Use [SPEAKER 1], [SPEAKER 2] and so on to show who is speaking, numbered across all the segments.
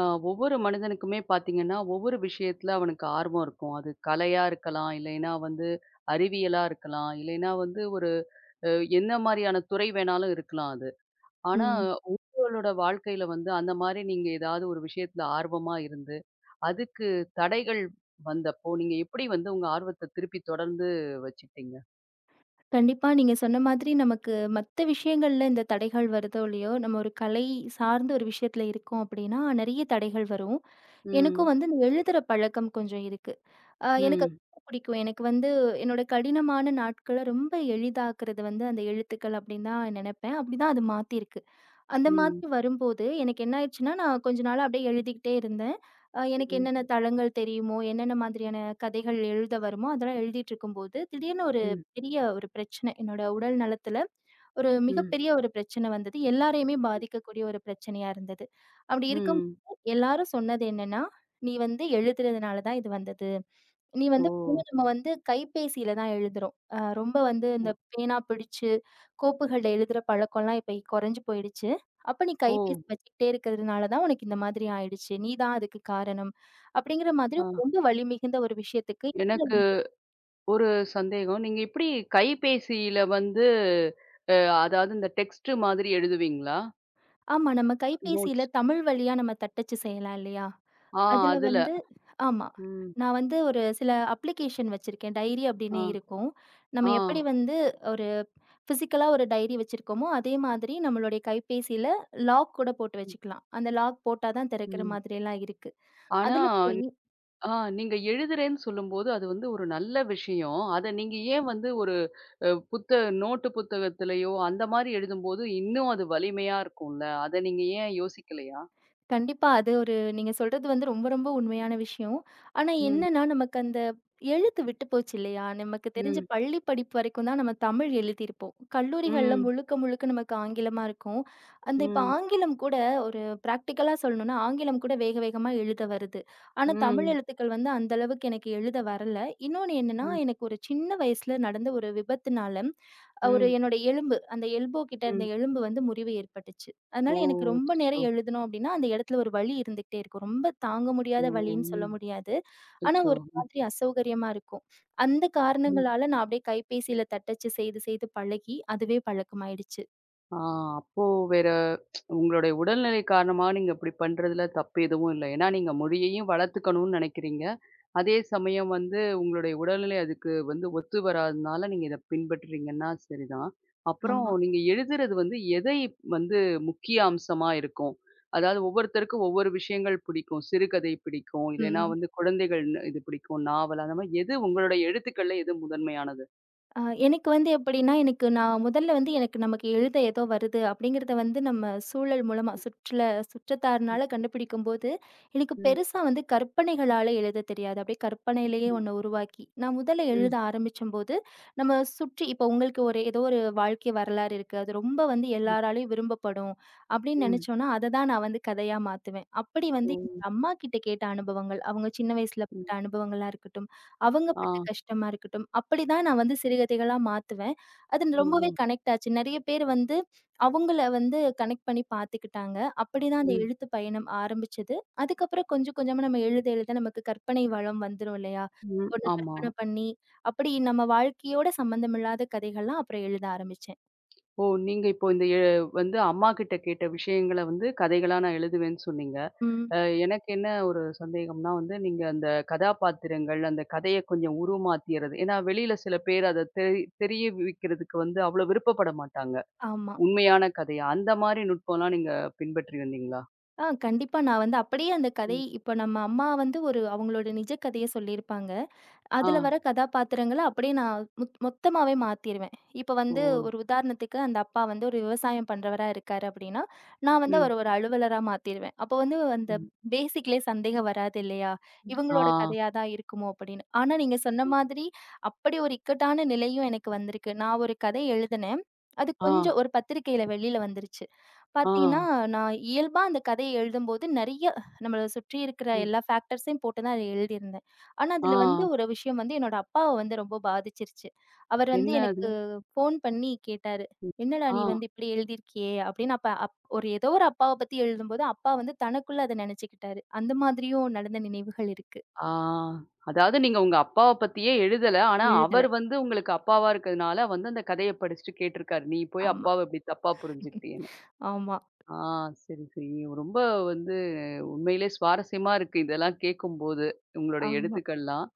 [SPEAKER 1] ஆ, ஒவ்வொரு மனிதனுக்குமே பார்த்தீங்கன்னா, ஒவ்வொரு விஷயத்துல அவனுக்கு ஆர்வம் இருக்கும். அது கலையா இருக்கலாம், இல்லைன்னா வந்து அறிவியலா இருக்கலாம், இல்லைன்னா வந்து ஒரு அ என்ன மாரியான துறை வேணாலும் இருக்கலாம் அது. ஆனா
[SPEAKER 2] ம்.
[SPEAKER 1] உங்களோட வாழ்க்கையில வந்து அந்த மாரி நீங்க ஏதாவது ஒரு விஷயத்துல ஆர்வமா இருந்து, அதுக்கு தடைகள் வந்தப்போ, நீங்க எப்படி வந்து உங்க ஆர்வத்த திருப்பி தொடர்ந்து வச்சுக்கிட்டீங்க?
[SPEAKER 2] கண்டிப்பா நீங்க சொன்ன மாதிரி நமக்கு மத்த விஷயங்கள்ல இந்த தடைகள் வருதோ இல்லையோ, நம்ம ஒரு கலை சார்ந்த ஒரு விஷயத்துல இருக்கோம் அப்படின்னா, நெறைய தடைகள் வரும். எனக்கும்
[SPEAKER 1] ம்.
[SPEAKER 2] வந்து இந்த எழுதுற பழக்கம் கொஞ்சம் இருக்கு. எனக்கு அது
[SPEAKER 1] ம்.
[SPEAKER 2] ரொம்ப பிடிக்கும். எனக்கு வந்து என்னோட கடினமான நாட்கள ரொம்ப எளிதாக்குறது வந்து அந்த எழுத்துக்கள் அப்படின்னு தான் நெனைப்பேன். அப்படிதான் அது மாத்திருக்கு. அந்த
[SPEAKER 1] ம்.
[SPEAKER 2] மாதிரி வரும்போது, எனக்கு என்ன ஆயிடுச்சுன்னா, நான் கொஞ்ச நாளா அப்படியே எழுதிக்கிட்டே இருந்தேன். எனக்கு
[SPEAKER 1] ம்.
[SPEAKER 2] என்னென்ன தளங்கள் தெரியுமோ, என்னென்ன மாதிரியான கதைகள் எழுத வருமோ, அதெல்லாம் எழுதிட்டுருக்கும்போது, திடீர்னு ஒரு
[SPEAKER 1] ம்.
[SPEAKER 2] பெரிய ஒரு பிரச்சனை, என்னோட உடல் நலத்தில ஒரு
[SPEAKER 1] ம்.
[SPEAKER 2] மிகப்பெரிய ஒரு பிரச்சனை வந்தது. எல்லாரையுமே பாதிக்கக்கூடிய ஒரு பிரச்சனையா இருந்தது. அப்படி
[SPEAKER 1] ம்.
[SPEAKER 2] இருக்கும்போது எல்லாரும் சொன்னது என்னன்னா, "நீ வந்து எழுதுறதுனால தான் இது வந்தது." நீ
[SPEAKER 1] ஓ!
[SPEAKER 2] வந்து முதல்ல நம்ம வந்து கைபேசியில தான் எழுதுறோம். ரொம்ப வந்து இந்த பேனா பிடிச்சு, கோப்புகள்ல எழுதுற பழக்கம்லாம் இப்ப குறைஞ்சு போயிடுச்சு. அப்ப நீ
[SPEAKER 1] ஓ!
[SPEAKER 2] கைபேசி வச்சுக்கிட்டே இருக்கிறதுனால தான் உனக்கு இந்த மாதிரி ஆயிடுச்சு. நீ தான் அதுக்கு காரணம். அப்படிங்கிற மாதிரி
[SPEAKER 1] ஆ.
[SPEAKER 2] ரொம்ப வலி மிகுந்த ஒரு விஷயத்துக்கு இந்த
[SPEAKER 1] எனக்கு
[SPEAKER 2] வந்து-
[SPEAKER 1] ஒரு சந்தேகம். நீங்க எப்படி கைபேசியில வந்து அ அதாவது இந்த டெக்ஸ்ட் மாதிரி எழுதுவீங்களா?
[SPEAKER 2] ஆமா. நம்ம கைபேசியில
[SPEAKER 1] நோட்ஸ்.
[SPEAKER 2] தமிழ் வழியா நம்ம தட்டச்சு செய்யலாம் இல்லையா?
[SPEAKER 1] ஆ
[SPEAKER 2] அதுல
[SPEAKER 1] அதுல.
[SPEAKER 2] வந்து ஆமா.
[SPEAKER 1] ம்.
[SPEAKER 2] நான் வந்து ஒரு சில அப்ளிகேஷன் வச்சிருக்கேன். டைரி
[SPEAKER 1] ஆ,
[SPEAKER 2] அப்படின்னு இருக்கும்.
[SPEAKER 1] ஆ.
[SPEAKER 2] நம்ம எப்படி வந்து ஒரு பிசிக்கலா ஒரு டைரி வச்சிருக்கோமோ, அதே மாதிரி நம்மளுடைய கைபேசியில லாக் கூட போட்டு
[SPEAKER 1] ம்,
[SPEAKER 2] வச்சுக்கலாம். அந்த லாக் போட்டா தான் திறக்கிற
[SPEAKER 1] ம்.
[SPEAKER 2] மாதிரியெல்லாம் இருக்கு.
[SPEAKER 1] ஆனா
[SPEAKER 2] அதுல போய்
[SPEAKER 1] ஆ நீங்க எழுதுறேன்னு சொல்லும்போது, அது வந்து ஒரு நல்ல விஷயம். அத நீங்க ஏன் வந்து ஒரு அ புத்த நோட்டு புத்தகத்திலயோ, அந்த மாரி எழுதும்போது இன்னும் அது வலிமையா இருக்கும்ல. அத நீங்க ஏன் யோசிக்கலையா?
[SPEAKER 2] கண்டிப்பா. அது ஒரு நீங்க சொல்றது வந்து ரொம்ப, ரொம்ப உண்மையான விஷயம். ஆனா
[SPEAKER 1] ம்,
[SPEAKER 2] என்னன்னா, நமக்கு அந்த எழுத்து விட்டு போச்சு இல்லையா? நமக்கு தெரிஞ்சு
[SPEAKER 1] ம்,
[SPEAKER 2] பள்ளி படிப்பு வரைக்கும் தான் நம்ம தமிழ் எழுதியிருப்போம். கல்லூரிகள்ல
[SPEAKER 1] ம்,
[SPEAKER 2] முழுக்க, முழுக்க நமக்கு ஆங்கிலமா இருக்கும். அந்த இப்ப
[SPEAKER 1] ம்,
[SPEAKER 2] ஆங்கிலம் கூட ஒரு பிராக்டிகலா சொல்லணும்னா, ஆங்கிலம் கூட வேக வேகமா எழுத வருது. ஆனா தமிழ்
[SPEAKER 1] ம்,
[SPEAKER 2] எழுத்துக்கள் வந்து அந்த அளவுக்கு எனக்கு எழுத வரல. இன்னொன்னு என்னன்னா,
[SPEAKER 1] ம்,
[SPEAKER 2] எனக்கு ஒரு சின்ன வயசுல நடந்த ஒரு விபத்துனால, ஒரு
[SPEAKER 1] ம்,
[SPEAKER 2] என்னோட எலும்பு அந்த எல்போ கிட்ட இருந்த
[SPEAKER 1] ம்.
[SPEAKER 2] எலும்பு வந்து முறிவு ஏற்பட்டுச்சு.
[SPEAKER 1] ஓ!
[SPEAKER 2] அதனால எனக்கு ரொம்ப
[SPEAKER 1] அச்சச்சோ!
[SPEAKER 2] நேரம் எழுதணும் அப்படின்னா, அந்த இடத்துல ஒரு வலி இருந்துகிட்டே இருக்கும். ரொம்ப தாங்க
[SPEAKER 1] ஓ!
[SPEAKER 2] முடியாத வலின்னு சொல்ல முடியாது. ஆனா,
[SPEAKER 1] அச்சச்சோ!
[SPEAKER 2] ஒரு மாதிரி அசௌகரியமா இருக்கும். அந்த
[SPEAKER 1] ம்ஹ்ம்.
[SPEAKER 2] காரணங்களால நான் அப்படியே கைபேசியில தட்டச்சு செய்து செய்து பழகி, அதுவே பழக்கமாயிடுச்சு.
[SPEAKER 1] ஆ அப்போ வேற உங்களுடைய உடல்நிலை காரணமா நீங்க இப்படி பண்றதுல தப்பு எதுவும் இல்ல. ஏன்னா நீங்க மொழியையும் வளர்த்துக்கணும்னு நினைக்கிறீங்க. அதே சமயம் வந்து உங்களுடைய உடல்நிலை அதுக்கு வந்து ஒத்து வராதனால நீங்க இத பின்பற்றுறீங்கன்னா சரிதான். அப்புறம்
[SPEAKER 2] ஆமா.
[SPEAKER 1] நீங்க எழுதுறது வந்து எதை வந்து முக்கிய அம்சமா இருக்கும்? அதாவது ஒவ்வொருத்தருக்கும் ஒவ்வொரு விஷயங்கள் பிடிக்கும். சிறுகதை பிடிக்கும். இல்லைன்னா
[SPEAKER 2] ம்.
[SPEAKER 1] வந்து குழந்தைகள் இது பிடிக்கும். நாவல் அந்த மாரி எது உங்களுடைய எழுத்துக்கள்ல எது முதன்மையானது?
[SPEAKER 2] ஆ எனக்கு வந்து எப்படின்னா, எனக்கு நான் முதல்ல வந்து எனக்கு நமக்கு எழுத ஏதோ வருது அப்படிங்கிறத வந்து நம்ம சூழல் மூலமா சுற்றுல
[SPEAKER 1] ம்.
[SPEAKER 2] சுற்றத்தார்னால கண்டுபிடிக்கும்போது, எனக்கு
[SPEAKER 1] ம்.
[SPEAKER 2] பெருசா வந்து கற்பனைகளால எழுத தெரியாது. அப்படியே கற்பனையிலேயே
[SPEAKER 1] ம்.
[SPEAKER 2] ஒண்ண உருவாக்கி, நான் முதல்ல
[SPEAKER 1] ம்.
[SPEAKER 2] எழுத ஆரம்பிச்சம்போது, நம்ம சுற்றி இப்போ உங்களுக்கு ஒரு ஏதோ ஒரு வாழ்க்கை வரலாறு இருக்கு. அது ரொம்ப வந்து
[SPEAKER 1] ம்.
[SPEAKER 2] எல்லாராலயும் விரும்பப்படும் அப்படின்னு
[SPEAKER 1] ம்.
[SPEAKER 2] நெனச்சோம்னா, அத தான் நான் வந்து கதையா மாத்துவேன். அப்படி
[SPEAKER 1] ஓ!
[SPEAKER 2] வந்து எங்க அம்மாகிட்ட கேட்ட அனுபவங்கள், அவங்க சின்ன வயசுல
[SPEAKER 1] ம்.
[SPEAKER 2] பட்ட அனுபவங்களா இருக்கட்டும், அவங்க
[SPEAKER 1] ஆ.
[SPEAKER 2] பட்ட கஷ்டமா இருக்கட்டும். அப்படிதான் நான் வந்து சிறுகதைகளா மாத்துவேன். அது ரொம்பவே
[SPEAKER 1] ஓ!
[SPEAKER 2] கனெக்ட் ஆச்சு. நெறைய பேர் வந்து அவங்கள வந்து கனெக்ட் பண்ணி பாத்துக்கிட்டாங்க. அப்படிதான் அந்த
[SPEAKER 1] ம்.
[SPEAKER 2] எழுத்து பயணம் ஆரம்பிச்சது. அதுக்கப்புறம் கொஞ்சம் கொஞ்சமா நம்ம எழுத எழுத நமக்கு கற்பனை வளம் வந்துரும் இல்லையா?
[SPEAKER 1] ம்.
[SPEAKER 2] ஒண்ணு
[SPEAKER 1] ஆமா.
[SPEAKER 2] கற்பனை பண்ணி, அப்படி நம்ம வாழ்க்கையோட சம்மந்தமில்லாத கதைகள்லாம் அப்புறம் எழுத ஆரம்பிச்சேன்.
[SPEAKER 1] ஓ! நீங்க இப்போ இந்த வந்து அம்மாகிட்ட கேட்ட விஷயங்கள வந்து கதைகளா நான் எழுதுவேன்னு சொன்னீங்க.
[SPEAKER 2] ம்.
[SPEAKER 1] அ எனக்கு என்ன ஒரு சந்தேகம்னா வந்து, நீங்க அந்த கதாபாத்திரங்கள், அந்த கதைய கொஞ்சம் உருமாத்திறது. ஏன்னா வெளியில சில பேர் அத தெரிவிக்கிறதுக்கு வந்து அவ்வளோ விருப்பப்பட மாட்டாங்க.
[SPEAKER 2] ஆமா.
[SPEAKER 1] உண்மையான கதையா. அந்த மாரி நுட்பம்லாம் நீங்க பின்பற்றி வந்தீங்களா?
[SPEAKER 2] கண்டிப்பா நான் வந்து அப்படியே அந்த கதை
[SPEAKER 1] ம்.
[SPEAKER 2] இப்ப நம்ம அம்மா வந்து ஒரு அவங்களோட நிஜ கதைய சொல்லியிருப்பாங்க.
[SPEAKER 1] ஆ.
[SPEAKER 2] அதுல வர கதாபாத்திரங்கள அப்படியே நான் மொத்தமாவே மாத்திருவேன். இப்ப
[SPEAKER 1] ஓ!
[SPEAKER 2] வந்து ஒரு உதாரணத்துக்கு அந்த அப்பா வந்து ஒரு விவசாயம் பண்றவரா இருக்காரு அப்படின்னா, நான் வந்து அவர
[SPEAKER 1] ம்.
[SPEAKER 2] ஒரு அலுவலரா மாத்திருவேன். அப்போ வந்து அந்த
[SPEAKER 1] ம்.
[SPEAKER 2] பேசிக்லயே சந்தேகம் வராது இல்லையா?
[SPEAKER 1] ஆ.
[SPEAKER 2] இவங்களோட கதையா தான் இருக்குமோ அப்படின்னு. ஆனா நீங்க சொன்ன மாதிரி அப்படி ஒரு இக்கட்டான நிலையும் எனக்கு வந்திருக்கு. நான் ஒரு கதை எழுதினேன். அது
[SPEAKER 1] ஆ.
[SPEAKER 2] கொஞ்சம் ஒரு பத்திரிக்கையில வெளியில வந்துருச்சு.
[SPEAKER 1] ஆ.
[SPEAKER 2] பாத்தீங்கன்னா, நான் இயல்பா அந்த கதைய எழுதும்போது நெறைய நம்மள சுற்றி இருக்கிற
[SPEAKER 1] ம்.
[SPEAKER 2] எல்லா ஃபேக்டர்ஸையும் போட்டு தான் அத எழுதியிருந்தேன். ஆனா,
[SPEAKER 1] ஆ.
[SPEAKER 2] அதுல வந்து ஒரு விஷயம் வந்து என்னோட அப்பாவ வந்து ரொம்ப பாதிச்சிருச்சு. அவர் வந்து
[SPEAKER 1] என்ன அது?
[SPEAKER 2] எனக்கு ஃபோன் பண்ணி கேட்டாரு.
[SPEAKER 1] ம்.
[SPEAKER 2] "என்னடா
[SPEAKER 1] ஆ.
[SPEAKER 2] நீ வந்து இப்படி எழுதியிருக்கியே?" அப்படின்னு அப்ப அப் ஒரு ஏதோ ஒரு அப்பாவ பத்தி எழுதும்போது, அப்பா வந்து தனக்குள்ள அத நெனச்சுக்கிட்டாரு. அந்த மாதிரியும் நடந்த நினைவுகள் இருக்கு.
[SPEAKER 1] ஆ. அதாவது நீங்க உங்க அப்பாவ பத்தியே எழுதல. ஆனா,
[SPEAKER 2] எழுதல.
[SPEAKER 1] அவர் வந்து உங்களுக்கு அப்பாவா இருக்கிறதுனால வந்து அந்த கதைய படிச்சுட்டு கேட்டிருக்காரு. நீ போய்
[SPEAKER 2] ஆமா.
[SPEAKER 1] அப்பாவ இப்படி தப்பா புரிஞ்சுக்கிட்டியேன்னு.
[SPEAKER 2] ஆமா,
[SPEAKER 1] ஆ சரி, சரி. ரொம்ப வந்து உண்மையிலே சுவாரஸ்யமா இருக்கு. இதெல்லாம் கேட்கும்போது, உங்களோட
[SPEAKER 2] ஆமா.
[SPEAKER 1] எடுத்துக்கள்லாம்.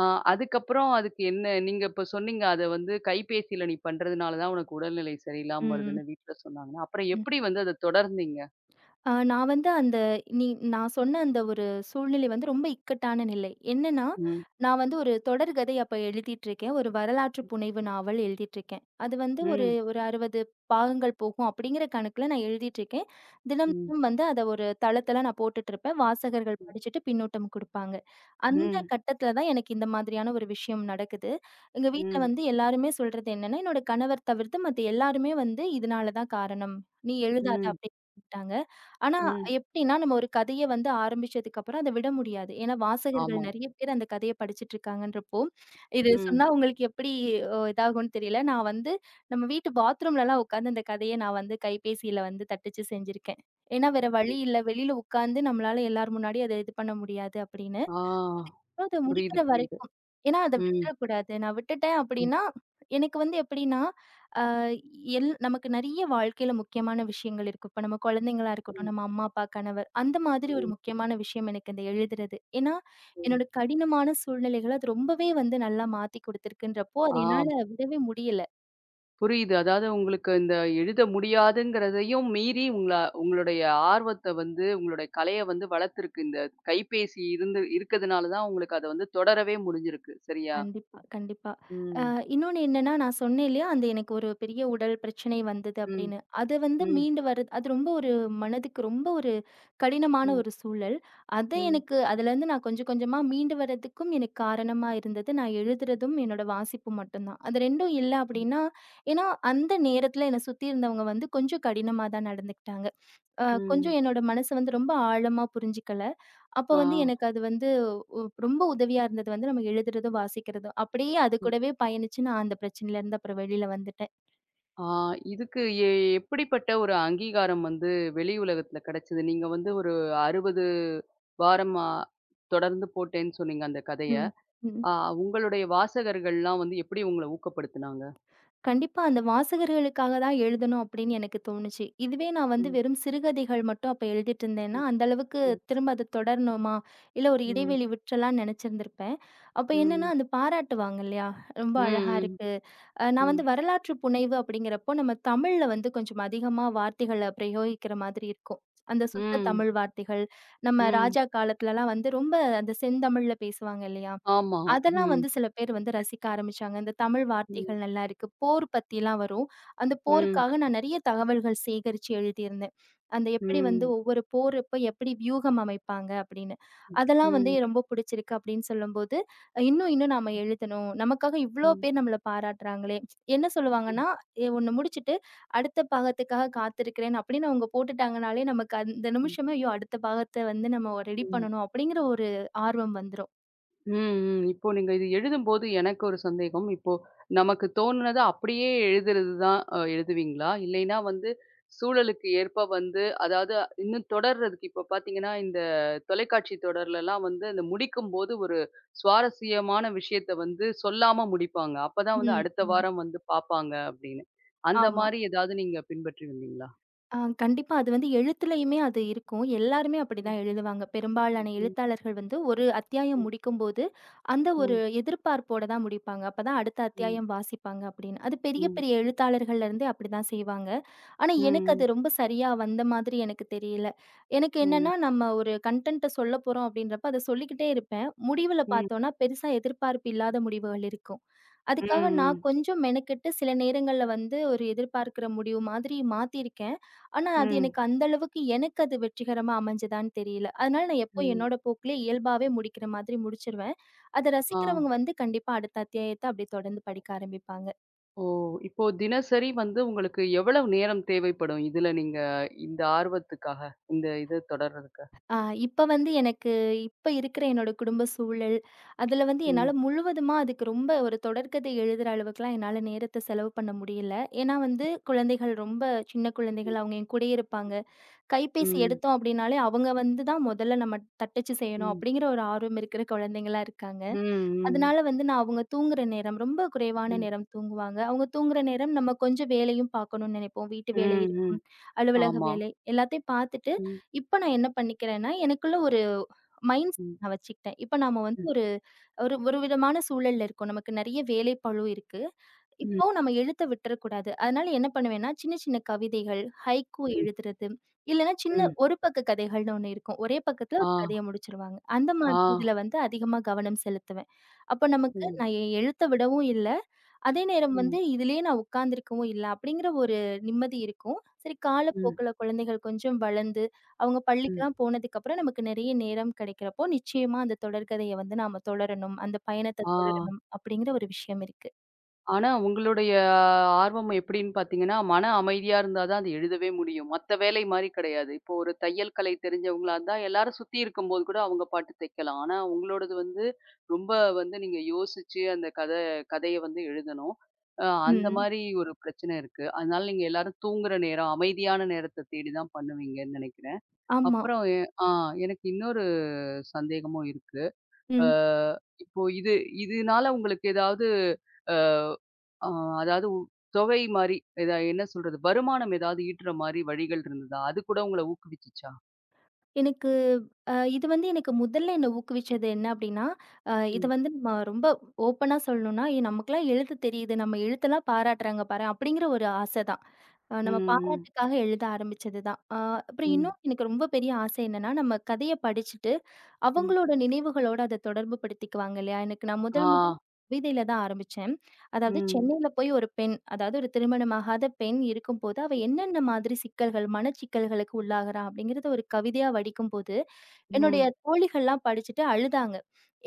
[SPEAKER 1] ஆ அதுக்கப்புறம் அதுக்கு என்ன நீங்க இப்ப சொன்னீங்க, அத வந்து கைபேசியில நீ பண்றதுனால தான் உனக்கு உடல்நிலை சரியில்லாம
[SPEAKER 2] ம்.
[SPEAKER 1] வருதுன்னு வீட்ல சொன்னாங்கன்னா, அப்புறம் எப்படி வந்து அத தொடர்ந்தீங்க?
[SPEAKER 2] நான் வந்து அந்த நீ நான் சொன்ன அந்த ஒரு சூழ்நிலை வந்து ரொம்ப இக்கட்டான நிலை. என்னன்னா,
[SPEAKER 1] ம்.
[SPEAKER 2] நான் வந்து ஒரு தொடர் கதை அப்ப எழுதிட்டுருக்கேன். ஒரு வரலாற்று புனைவு நாவல் எழுதிட்டுருக்கேன். அது வந்து ஒரு
[SPEAKER 1] ம்.
[SPEAKER 2] ஒரு 60 பாகங்கள் போகும் அப்படிங்கிற கணக்குல நான் எழுதிட்டுருக்கேன். தினம்
[SPEAKER 1] ம்.
[SPEAKER 2] தினம் வந்து அத ஒரு தளத்தல நான் போட்டுட்டுருப்பேன். வாசகர்கள்
[SPEAKER 1] ம்.
[SPEAKER 2] படிச்சுட்டு பின்னூட்டம் குடுப்பாங்க. அந்த
[SPEAKER 1] ம்.
[SPEAKER 2] கட்டத்துல தான் எனக்கு இந்த மாதிரியான ஒரு விஷயம் நடக்குது. எங்க வீட்ல
[SPEAKER 1] ம்.
[SPEAKER 2] வந்து எல்லாருமே சொல்றது என்னன்னா, என்னோட கணவர் தவிர்த்து மத்த எல்லாருமே வந்து, "இதனால தான் காரணம். நீ எழுதாத"
[SPEAKER 1] ம்.
[SPEAKER 2] அப்படின்னு சொல்லிட்டாங்க. ஆனா,
[SPEAKER 1] ம்.
[SPEAKER 2] எப்டின்னா நம்ம ஒரு கதைய வந்து ஆரம்பிச்சதுக்கு அப்புறம் அத விட முடியாது. ஏன்னா, வாசகர்கள்
[SPEAKER 1] ஆமா.
[SPEAKER 2] ம். நெறைய பேர் அந்த கதைய படிச்சுட்டு இருக்காங்கன்றப்போ, இது
[SPEAKER 1] ம்.
[SPEAKER 2] சொன்னா உங்களுக்கு எப்படி இதாகும்னு தெரியல. நான் வந்து நம்ம வீட்டு பாத்ரூம்லலாம் உட்காந்து அந்த கதைய நான் வந்து கைபேசியில வந்து தட்டிச்சு செஞ்சிருக்கேன். ஏன்னா, வேற வழி இல்ல. வெளியில உட்காந்து நம்மளால எல்லார் முன்னாடியும் அத இது பண்ண முடியாது அப்படின்னு.
[SPEAKER 1] ஆ.
[SPEAKER 2] அதுக்கப்புறம் அத
[SPEAKER 1] புரியுது,
[SPEAKER 2] முடிக்கிற
[SPEAKER 1] புரியுது.
[SPEAKER 2] வரைக்கும். ஏன்னா, அத
[SPEAKER 1] ம்.
[SPEAKER 2] விட்டுறக்கூடாது. நான் விட்டுட்டேன்
[SPEAKER 1] ம்,
[SPEAKER 2] அப்படின்னா எனக்கு வந்து எப்படின்னா நமக்கு நெறைய வாழ்க்கையில முக்கியமான விஷயங்கள் இருக்கு. இப்ப நம்ம குழந்தைங்களா இருக்கட்டும்,
[SPEAKER 1] ம்,
[SPEAKER 2] நம்ம அம்மா, அப்பா, கணவர் அந்த மாதிரி ஒரு
[SPEAKER 1] ம்,
[SPEAKER 2] முக்கியமான விஷயம் எனக்கு இந்த எழுதுறது. ஏன்னா,
[SPEAKER 1] ம்.
[SPEAKER 2] என்னோட கடினமான சூழ்நிலைகள அது ரொம்பவே வந்து நல்லா மாத்தி குடுத்துருக்குன்றப்போ,
[SPEAKER 1] ஆ
[SPEAKER 2] அது என்னால விடவே முடியல.
[SPEAKER 1] புரியுது. அதாவது உங்களுக்கு இந்த எழுத முடியாதுங்கிறதையும் மீறி உங்களுடைய ஆர்வத்த வந்து, உங்களுடைய கலைய வந்து வளர்த்துருக்கு. இந்த கைபேசி இருந்து இருக்கதுனால தான் உங்களுக்கு அத வந்து தொடரவே முடிஞ்சிருக்கு. சரியா?
[SPEAKER 2] கண்டிப்பா, கண்டிப்பா.
[SPEAKER 1] ம்.
[SPEAKER 2] இன்னொன்னு என்னன்னா, நான் சொன்னேன் இல்லையா, அந்த எனக்கு ஒரு பெரிய உடல் பிரச்சனை வந்தது
[SPEAKER 1] ம்.
[SPEAKER 2] அப்படின்னு. அது வந்து
[SPEAKER 1] ம்.
[SPEAKER 2] மீண்டு வர்றது அது ரொம்ப ஒரு மனதுக்கு ரொம்ப ஒரு கடினமான
[SPEAKER 1] ம்.
[SPEAKER 2] ஒரு சூழல். அத
[SPEAKER 1] ம்.
[SPEAKER 2] எனக்கு அதுலேருந்து நான் கொஞ்சம் கொஞ்சமா மீண்டு வர்றதுக்கும் எனக்கு காரணமா இருந்தது, நான் எழுதுறதும், என்னோட வாசிப்பும் மட்டும்தான். அது 2ம் இல்ல
[SPEAKER 1] ம்.
[SPEAKER 2] அப்படின்னா, ஏன்னா அந்த நேரத்தில என்ன சுத்தி இருந்தவங்க வந்து கொஞ்சம் கடினமா தான் நடந்துக்கிட்டாங்க. அ
[SPEAKER 1] ம்.
[SPEAKER 2] கொஞ்சம் என்னோட மனசு வந்து ரொம்ப ஆழமா புரிஞ்சுக்கல. அப்ப
[SPEAKER 1] ஆ.
[SPEAKER 2] வந்து எனக்கு அது வந்து ஒ ரொம்ப உதவியா இருந்தது வந்து நம்ம எழுதுறதும், வாசிக்கிறதும். அப்படியே அது கூடவே பயணிச்சு நான் அந்த பிரச்சனையிலருந்து அப்புறம் வெளியில வந்துட்டேன்.
[SPEAKER 1] ஆ, இதுக்கு எ எப்படிப்பட்ட ஒரு அங்கீகாரம் வந்து வெளி உலகத்துல கிடைச்சது? நீங்க வந்து ஒரு 60 வாரமா தொடர்ந்து போட்டேன்னு சொன்னீங்க அந்த கதைய.
[SPEAKER 2] ம். ம்.
[SPEAKER 1] ஆ உங்களுடைய வாசகர்கள்லாம் வந்து எப்படி உங்கள ஊக்கப்படுத்துனாங்க?
[SPEAKER 2] கண்டிப்பா அந்த வாசகர்களுக்காக தான் எழுதணும் அப்படின்னு எனக்கு தோணுச்சு. இதுவே நான் வந்து
[SPEAKER 1] ம்,
[SPEAKER 2] வெறும் சிறுகதைகள் மட்டும் அப்ப எழுதிட்டு இருந்தேன்னா,
[SPEAKER 1] ம்,
[SPEAKER 2] அந்த அளவுக்கு
[SPEAKER 1] ம்,
[SPEAKER 2] திரும்ப அது தொடரணுமா? இல்ல ஒரு
[SPEAKER 1] ம்,
[SPEAKER 2] இடைவெளி விட்டுறலாம்னு நெனச்சிருந்திருப்பேன். அப்ப என்னன்னா,
[SPEAKER 1] ம்,
[SPEAKER 2] அந்த பாராட்டுவாங்க இல்லையா? "ரொம்ப அழகா
[SPEAKER 1] ம்,
[SPEAKER 2] இருக்கு. நான் வந்து
[SPEAKER 1] ம்,
[SPEAKER 2] வரலாற்று புனைவு அப்படிங்கிறப்போ, நம்ம தமிழ்ல வந்து கொஞ்சம் அதிகமா வார்த்தைகள பிரயோகிக்கிற மாதிரி இருக்கும். அந்த சுத்த
[SPEAKER 1] ம்,
[SPEAKER 2] தமிழ் வார்த்தைகள், நம்ம
[SPEAKER 1] ம்.
[SPEAKER 2] ராஜா காலத்துலலாம் வந்து ரொம்ப அந்த செந்தமிழ்ல பேசுவாங்க இல்லையா?
[SPEAKER 1] ஆமா.
[SPEAKER 2] அதெல்லாம்
[SPEAKER 1] ம்,
[SPEAKER 2] வந்து சில பேர் வந்து ரசிக்க ஆரம்பிச்சாங்க. இந்த தமிழ்
[SPEAKER 1] ம்,
[SPEAKER 2] வார்த்தைகள் நல்லா இருக்கு. போர் பத்திலாம் வரும். அந்த
[SPEAKER 1] ம்,
[SPEAKER 2] போருக்காக நான் நெறைய தகவல்கள் சேகரிச்சு எழுதியிருந்தேன். அந்த எப்படி வந்து
[SPEAKER 1] ம்,
[SPEAKER 2] ஒவ்வொரு போர் அப்ப எப்படி வியூகம் அமைப்பாங்க அப்படின்னு.
[SPEAKER 1] ம்,
[SPEAKER 2] அதெல்லாம் வந்து
[SPEAKER 1] ம்,
[SPEAKER 2] ரொம்ப புடிச்சிருக்கு அப்படின்னு சொல்லும்போது, இன்னும் இன்னும் நாம எழுதணும். நமக்காக இவ்ளோ
[SPEAKER 1] ம்,
[SPEAKER 2] பேர் நம்மள பாராட்டுறாங்களே. என்ன சொல்லுவாங்கன்னா, ஒண்ணு முடிச்சுட்டு அடுத்த பாகத்துக்காக காத்திருக்கிறேன் அப்படின்னு அவங்க போட்டுட்டாங்கனாலே, நமக்கு அந்த
[SPEAKER 1] ம்,
[SPEAKER 2] நிமிஷமே ஐயோ! அடுத்த பாகத்த வந்து நம்ம ரெடி
[SPEAKER 1] ம்.
[SPEAKER 2] பண்ணணும் அப்படிங்கிற ஒரு ஆர்வம் வந்துரும்.
[SPEAKER 1] ம், ம். இப்போ நீங்க இது எழுதும்போது எனக்கு ஒரு சந்தேகம். இப்போ நமக்கு தோணுனத அப்படியே எழுதுறது தான் எழுதுவீங்களா? இல்லைன்னா வந்து சூழலுக்கு ஏற்ப வந்து அதாவது இன்னும் தொடர்றதுக்கு இப்போ பார்த்தீங்கன்னா, இந்த தொலைக்காட்சி தொடர்லலாம் வந்து அந்த முடிக்கும்போது ஒரு சுவாரஸ்யமான விஷயத்த வந்து சொல்லாம முடிப்பாங்க. அப்பதான் வந்து
[SPEAKER 2] ம்.
[SPEAKER 1] அடுத்த
[SPEAKER 2] ம்.
[SPEAKER 1] வாரம் வந்து பார்ப்பாங்க அப்படின்னு. அந்த
[SPEAKER 2] ஆமா.
[SPEAKER 1] மாரி ஏதாவது நீங்க பின்பற்றி வந்தீங்களா?
[SPEAKER 2] கண்டிப்பா அது வந்து எழுத்துலயுமே அது இருக்கும். எல்லாருமே அப்படிதான் எழுதுவாங்க. பெரும்பாலான
[SPEAKER 1] ம்,
[SPEAKER 2] எழுத்தாளர்கள் வந்து ஒரு அத்தியாயம்
[SPEAKER 1] ம்,
[SPEAKER 2] முடிக்கும்போது, அந்த ஒரு
[SPEAKER 1] ம்,
[SPEAKER 2] எதிர்பார்ப்போட தான் முடிப்பாங்க. அப்பதான் அடுத்த
[SPEAKER 1] ம்,
[SPEAKER 2] அத்தியாயம் வாசிப்பாங்க அப்படின்னு. அது பெரிய
[SPEAKER 1] ம்,
[SPEAKER 2] பெரிய எழுத்தாளர்கள்ல இருந்தே அப்படிதான் செய்வாங்க. ஆனா எனக்கு
[SPEAKER 1] ம்,
[SPEAKER 2] அது ரொம்ப சரியா வந்த மாதிரி எனக்கு தெரியல. எனக்கு
[SPEAKER 1] ம், ம்,
[SPEAKER 2] என்னன்னா நம்ம ஒரு கன்டென்ட்ட சொல்லப்போறோம் அப்படின்றப்ப அத சொல்லிக்கிட்டே இருப்பேன். முடிவுல
[SPEAKER 1] ம், ம்,
[SPEAKER 2] பார்த்தோம்னா பெருசா எதிர்பார்ப்பு இல்லாத முடிவுகள் இருக்கும். அதுக்காக நான்
[SPEAKER 1] ம்,
[SPEAKER 2] கொஞ்சம் மெனக்கெட்டு சில நேரங்கள்ல வந்து ஒரு எதிர்பார்க்கிற முடிவு மாதிரி மாத்தியிருக்கேன். ஆனா,
[SPEAKER 1] ம்,
[SPEAKER 2] அது
[SPEAKER 1] ம்,
[SPEAKER 2] எனக்கு அந்த அளவுக்கு எனக்கு அது வெற்றிகரமா அமைஞ்சதான்னு தெரியல. அதனால நான் எப்போ
[SPEAKER 1] ம்,
[SPEAKER 2] என்னோட போக்குலயே இயல்பாவே முடிக்கிற மாதிரி முடிச்சுருவேன். அத
[SPEAKER 1] ஆ.
[SPEAKER 2] ரசிக்கிறவங்க வந்து கண்டிப்பா அடுத்த அத்தியாயத்த அப்படியே தொடர்ந்து படிக்க ஆரம்பிப்பாங்க.
[SPEAKER 1] ஓ! இப்போ தினசரி வந்து உங்களுக்கு எவ்வளவு நேரம் தேவைப்படும்? இதுல நீங்க இந்த ஆர்வத்துக்காக, இந்த இது தொடர்றதுக்கு?
[SPEAKER 2] ஆ இப்ப வந்து எனக்கு இப்ப இருக்கிற என்னோட குடும்ப சூழல், அதுல வந்து என்னால
[SPEAKER 1] ம்.
[SPEAKER 2] முழுவதுமா அதுக்கு ரொம்ப ஒரு தொடர்கதை எழுதுற அளவுக்குலாம் என்னால நேரத்த செலவு பண்ண முடியல. ஏன்னா வந்து குழந்தைகள் ரொம்ப சின்ன
[SPEAKER 1] ம்.
[SPEAKER 2] குழந்தைகள் அவங்க என் கூடயே இருப்பாங்க. கைபேசி
[SPEAKER 1] ம்.
[SPEAKER 2] எடுத்தோம் அப்படின்னாலே, அவங்க வந்து தான் முதல்ல நம்ம தட்டச்சு செய்யணும்
[SPEAKER 1] ம்.
[SPEAKER 2] அப்படிங்கிற ஒரு ஆர்வம் இருக்கிற குழந்தைங்களா இருக்காங்க.
[SPEAKER 1] ம்.
[SPEAKER 2] அதனால வந்து நான் அவங்க தூங்குற நேரம் ரொம்ப குறைவான
[SPEAKER 1] ம்.
[SPEAKER 2] நேரம் தூங்குவாங்க. அவங்க தூங்குற நேரம் நம்ம கொஞ்சம் வேலையும் பார்க்கணும்னு நினைப்போம். வீட்டு வேலை
[SPEAKER 1] ம். ம்.
[SPEAKER 2] இருக்கும், அலுவலக
[SPEAKER 1] ஆமா.
[SPEAKER 2] வேலை எல்லாத்தையும் பார்த்துட்டு,
[SPEAKER 1] ம்.
[SPEAKER 2] இப்ப நான் என்ன பண்ணிக்கிறேன்னா, எனக்குள்ள ஒரு மைண்ட் செட்
[SPEAKER 1] ம்.
[SPEAKER 2] நான் வச்சுக்கிட்டேன். இப்ப நாம வந்து
[SPEAKER 1] ம்.
[SPEAKER 2] ஒரு ஒரு ஒரு விதமான சூழல்ல இருக்கோம். நமக்கு நெறைய வேலைப்பளு இருக்கு.
[SPEAKER 1] ம்.
[SPEAKER 2] இப்போ நம்ம எழுத்த விட்டுறக்கூடாது. அதனால என்ன பண்ணுவேன்னா, சின்ன சின்ன கவிதைகள், ஹைக்கூ
[SPEAKER 1] ம்.
[SPEAKER 2] எழுதுறது, இல்லன்னா சின்ன
[SPEAKER 1] ம்.
[SPEAKER 2] ஒரு பக்க கதைகள்னு ஒண்ணு இருக்கும். ஒரே பக்கத்துல
[SPEAKER 1] ஆ.
[SPEAKER 2] ஒரு கதைய முடிச்சுருவாங்க. அந்த
[SPEAKER 1] ஆ.
[SPEAKER 2] மாதிரி இதுல வந்து அதிகமா கவனம் செலுத்துவேன். அப்ப நமக்கு
[SPEAKER 1] ம்.
[SPEAKER 2] நான் என் எழுத்த விடவும் இல்ல, அதே நேரம் வந்து
[SPEAKER 1] ம்.
[SPEAKER 2] இதுலயே நான் உட்கார்ந்திருக்கவும் இல்ல, அப்படிங்கிற ஒரு நிம்மதி இருக்கும். சரி
[SPEAKER 1] ம்.
[SPEAKER 2] காலப்போக்குல குழந்தைகள் கொஞ்சம் வளர்ந்து, அவங்க
[SPEAKER 1] ம்.
[SPEAKER 2] பள்ளிக்கெல்லாம் போனதுக்கப்புறம் நமக்கு நெறைய நேரம் கிடைக்கிறப்போ, நிச்சயமா அந்த தொடர்கதைய வந்து நாம தொடரணும். அந்த பயணத்த
[SPEAKER 1] ஆ.
[SPEAKER 2] தொடரணும் அப்படிங்கிற ஒரு விஷயம் இருக்கு.
[SPEAKER 1] ஆனா, உங்களுடைய ஆர்வம் எப்படின்னு பார்த்தீங்கன்னா, மன அமைதியா இருந்தா தான் அது எழுதவே முடியும். மத்த வேலை மாரி கிடையாது. இப்போ ஒரு தையல் கலை தெரிஞ்சவங்களா இருந்தா, எல்லாரும் சுத்தி இருக்கும்போது கூட அவங்க பாட்டு தைக்கலாம். ஆனா, உங்களோடது வந்து ரொம்ப வந்து நீங்க யோசிச்சு அந்த கதைய வந்து எழுதணும். அ அந்த
[SPEAKER 2] ம்.
[SPEAKER 1] மாரி ஒரு பிரச்சனை இருக்கு. அதனால நீங்க எல்லாரும் தூங்குற நேரம், அமைதியான நேரத்த தேடி தான் பண்ணுவீங்கன்னு நெனைக்கிறேன்.
[SPEAKER 2] ஆமா.
[SPEAKER 1] அப்புறம் எ ஆ எனக்கு இன்னொரு சந்தேகமும் இருக்கு. அ
[SPEAKER 2] ம்.
[SPEAKER 1] இப்போ இது இதனால உங்களுக்கு ஏதாவது அ ஆ அதாவது தொகை மாரி, எதா என்ன சொல்றது? வருமானம் ஏதாவது ஈட்டுற மாரி வழிகள் இருந்ததா? அது கூட உங்கள ஊக்குவிச்சுச்சா?
[SPEAKER 2] எனக்கு இது வந்து எனக்கு முதல்ல என்ன ஊக்குவிச்சது என்ன அப்டின்னா, இது
[SPEAKER 1] ம்.
[SPEAKER 2] வந்து நம்ம ரொம்ப ஓப்பனா சொல்லணும்னா, "ஏய் நமக்கெல்லாம் எழுத தெரியுது. நம்ம எழுத்தெல்லாம் பாராட்டுறாங்க பாரேன்" அப்படிங்கிற ஒரு ஆசை தான்.
[SPEAKER 1] ம்,
[SPEAKER 2] நம்ம
[SPEAKER 1] ம்,
[SPEAKER 2] பாராட்டுக்காக எழுத ஆரம்பிச்சது தான். அப்புறம்
[SPEAKER 1] ம்,
[SPEAKER 2] இன்னும் எனக்கு ரொம்ப பெரிய ஆசை என்னன்னா, நம்ம கதைய படிச்சுட்டு
[SPEAKER 1] ம்.
[SPEAKER 2] அவங்களோட நினைவுகளோட அத தொடர்பு படுத்திக்குவாங்க இல்லையா? எனக்கு நான்
[SPEAKER 1] ஆ.
[SPEAKER 2] முதல் முதல் கவிதையில தான் ஆரம்பிச்சேன். அதாவது
[SPEAKER 1] ம்.
[SPEAKER 2] சென்னையில போய் ஒரு பெண், அதாவது ஒரு திருமணமாகாத பெண் இருக்கும்போது, அவ என்னென்ன மாதிரி சிக்கல்கள், மனச்சிக்கல்களுக்கு உள்ளாகுறா அப்படிங்கிறத ஒரு கவிதையா வடிக்கும்போது, என்னுடைய
[SPEAKER 1] ம்,
[SPEAKER 2] தோழிகள்லாம் படிச்சுட்டு அழுதாங்க.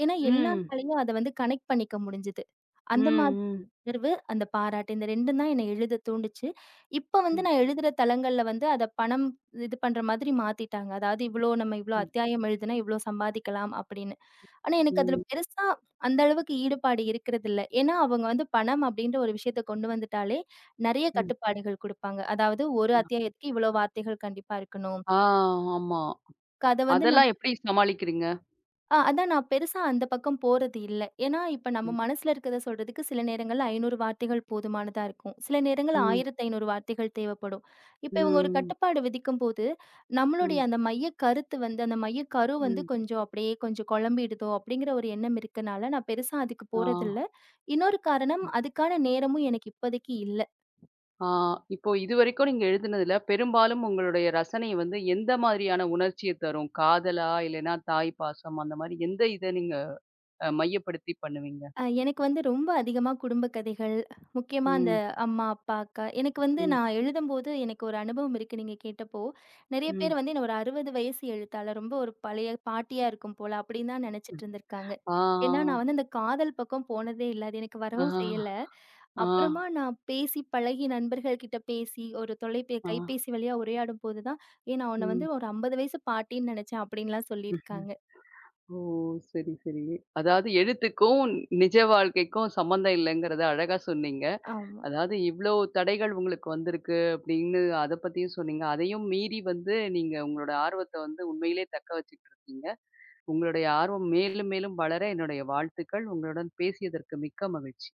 [SPEAKER 2] ஏன்னா,
[SPEAKER 1] ம்,
[SPEAKER 2] எல்லாராலயும் அத வந்து கனெக்ட் பண்ணிக்க முடிஞ்சது.
[SPEAKER 1] ம்,
[SPEAKER 2] அந்த மாதிரி
[SPEAKER 1] ம்,
[SPEAKER 2] உணர்வு, அந்த பாராட்டு. இந்த 2ம் தான் என்ன எழுத தூண்டுச்சு. இப்ப வந்து
[SPEAKER 1] ம்,
[SPEAKER 2] நான் எழுதுற தளங்கள்ல வந்து அத பணம் இது பண்ற மாதிரி மாத்திட்டாங்க. அதாவது இவ்ளோ நம்ம இவ்ளோ
[SPEAKER 1] ம்,
[SPEAKER 2] அத்தியாயம் எழுதுனா இவ்ளோ சம்பாதிக்கலாம் அப்படின்னு. ஆனா எனக்கு அதுல
[SPEAKER 1] ம்,
[SPEAKER 2] பெருசா அந்த அளவுக்கு ஈடுபாடு இருக்கிறதில்ல. ஏன்னா அவங்க வந்து பணம் அப்படின்ற ஒரு விஷயத்த கொண்டு வந்துட்டாலே நெறைய
[SPEAKER 1] ம்.
[SPEAKER 2] கட்டுப்பாடுகள் குடுப்பாங்க. அதாவது ஒரு அத்தியாயத்துக்கு இவ்வளோ வார்த்தைகள் கண்டிப்பா இருக்கணும்.
[SPEAKER 1] ஆ, ஆமா.
[SPEAKER 2] அத வந்து நம்ம
[SPEAKER 1] அதெல்லாம் எப்படி சமாளிக்கிறீங்க?
[SPEAKER 2] அதான் நான் பெருசா அந்த பக்கம் போறது இல்ல. ஏன்னா, இப்ப நம்ம
[SPEAKER 1] ம்.
[SPEAKER 2] மனசுல இருக்கிறத சொல்றதுக்கு சில நேரங்கள்ல 500 வார்த்தைகள் போதுமானதா இருக்கும். சில நேரங்கள்ல
[SPEAKER 1] ம்,
[SPEAKER 2] 1500 வார்த்தைகள் தேவைப்படும். இப்ப இவங்க ஒரு
[SPEAKER 1] ம்,
[SPEAKER 2] கட்டுப்பாடு விதிக்கும்போது, நம்மளுடைய
[SPEAKER 1] ம்,
[SPEAKER 2] அந்த மைய கருத்து வந்து அந்த மைய கரு வந்து
[SPEAKER 1] ம்.
[SPEAKER 2] கொஞ்சம் அப்படியே கொஞ்சம் குழம்பிடுதோ அப்படிங்கிற ஒரு எண்ணம் இருக்கனால நான் பெருசா அதுக்கு
[SPEAKER 1] ஆ.
[SPEAKER 2] போறதில்ல. இன்னொரு காரணம்
[SPEAKER 1] ம்.
[SPEAKER 2] அதுக்கான நேரமும் எனக்கு இப்போதைக்கு இல்ல.
[SPEAKER 1] ஆ இப்போ இதுவரைக்கும் நீங்க எழுதுனதுல, பெரும்பாலும் உங்களுடைய ரசனை வந்து எந்த மாதிரியான உணர்ச்சிய தரும்? காதலா? இல்லைன்னா தாய் பாசம் அந்த மாரி எந்த இத நீங்க மையப்படுத்தி பண்ணுவீங்க?
[SPEAKER 2] எனக்கு வந்து ரொம்ப அதிகமா குடும்ப கதைகள், முக்கியமா அந்த
[SPEAKER 1] ம்,
[SPEAKER 2] அம்மா, அப்பா, அக்கா எனக்கு வந்து
[SPEAKER 1] ம்,
[SPEAKER 2] நான் எழுதும்போது எனக்கு ஒரு அனுபவம் இருக்கு நீங்க கேட்டப்போ. நெறைய பேர்
[SPEAKER 1] ம்,
[SPEAKER 2] வந்து என்ன ஒரு 60 வயசு எழுத்தாளர், ரொம்ப ஒரு பழைய பாட்டியா இருக்கும் போல அப்படின்னு தான் நெனைச்சிட்டு
[SPEAKER 1] ம்.
[SPEAKER 2] இருந்திருக்காங்க.
[SPEAKER 1] ஆ,
[SPEAKER 2] ஏன்னா நான் வந்து அந்த காதல் பக்கம் போனதே இல்ல. அது எனக்கு
[SPEAKER 1] ஆ,
[SPEAKER 2] வரவும் செய்யல.
[SPEAKER 1] ஆ, ஆ,
[SPEAKER 2] அப்புறமா நான் பேசி பழகி நண்பர்கள் கிட்ட பேசி ஒரு
[SPEAKER 1] ஆ.
[SPEAKER 2] கைபேசி வழியா உரையாடும் போது தான், "ஏய் நான் உன்ன வந்து
[SPEAKER 1] ம்,
[SPEAKER 2] ஒரு 50 வயசு பாட்டின்னு நெனைச்சேன்" அப்படின்லாம்
[SPEAKER 1] ம்ஹ்ம்.
[SPEAKER 2] சொல்லியிருக்காங்க.
[SPEAKER 1] ஓ! சரி, சரி. அதாவது எழுத்துக்கும், நிஜ வாழ்க்கைக்கும் சம்மந்தம் இல்லங்கிறத அழகா சொன்னீங்க.
[SPEAKER 2] ஆமா.
[SPEAKER 1] அதாவது இவ்ளோ தடைகள் உங்களுக்கு வந்திருக்கு அப்படின்னு அத பத்தியும் சொன்னீங்க. அதையும் மீறி வந்து நீங்க உங்களோட ஆர்வத்த வந்து உண்மையிலே தக்க வச்சுக்கிட்டு இருக்கீங்க. உங்களுடைய ஆர்வம் மேலும் மேலும் வளர என்னுடைய வாழ்த்துக்கள். உங்களுடன் பேசியதற்கு மிக்க மகிழ்ச்சி.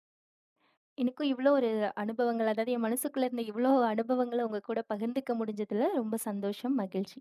[SPEAKER 2] எனக்கும் இவ்ளோ ஒரு அனுபவங்கள், அதாவது என் மனசுக்குள்ள இருந்த இவ்ளோ அனுபவங்கள உங்க கூட பகிர்ந்துக்க முடிஞ்சதுல ரொம்ப சந்தோஷம், மகிழ்ச்சி.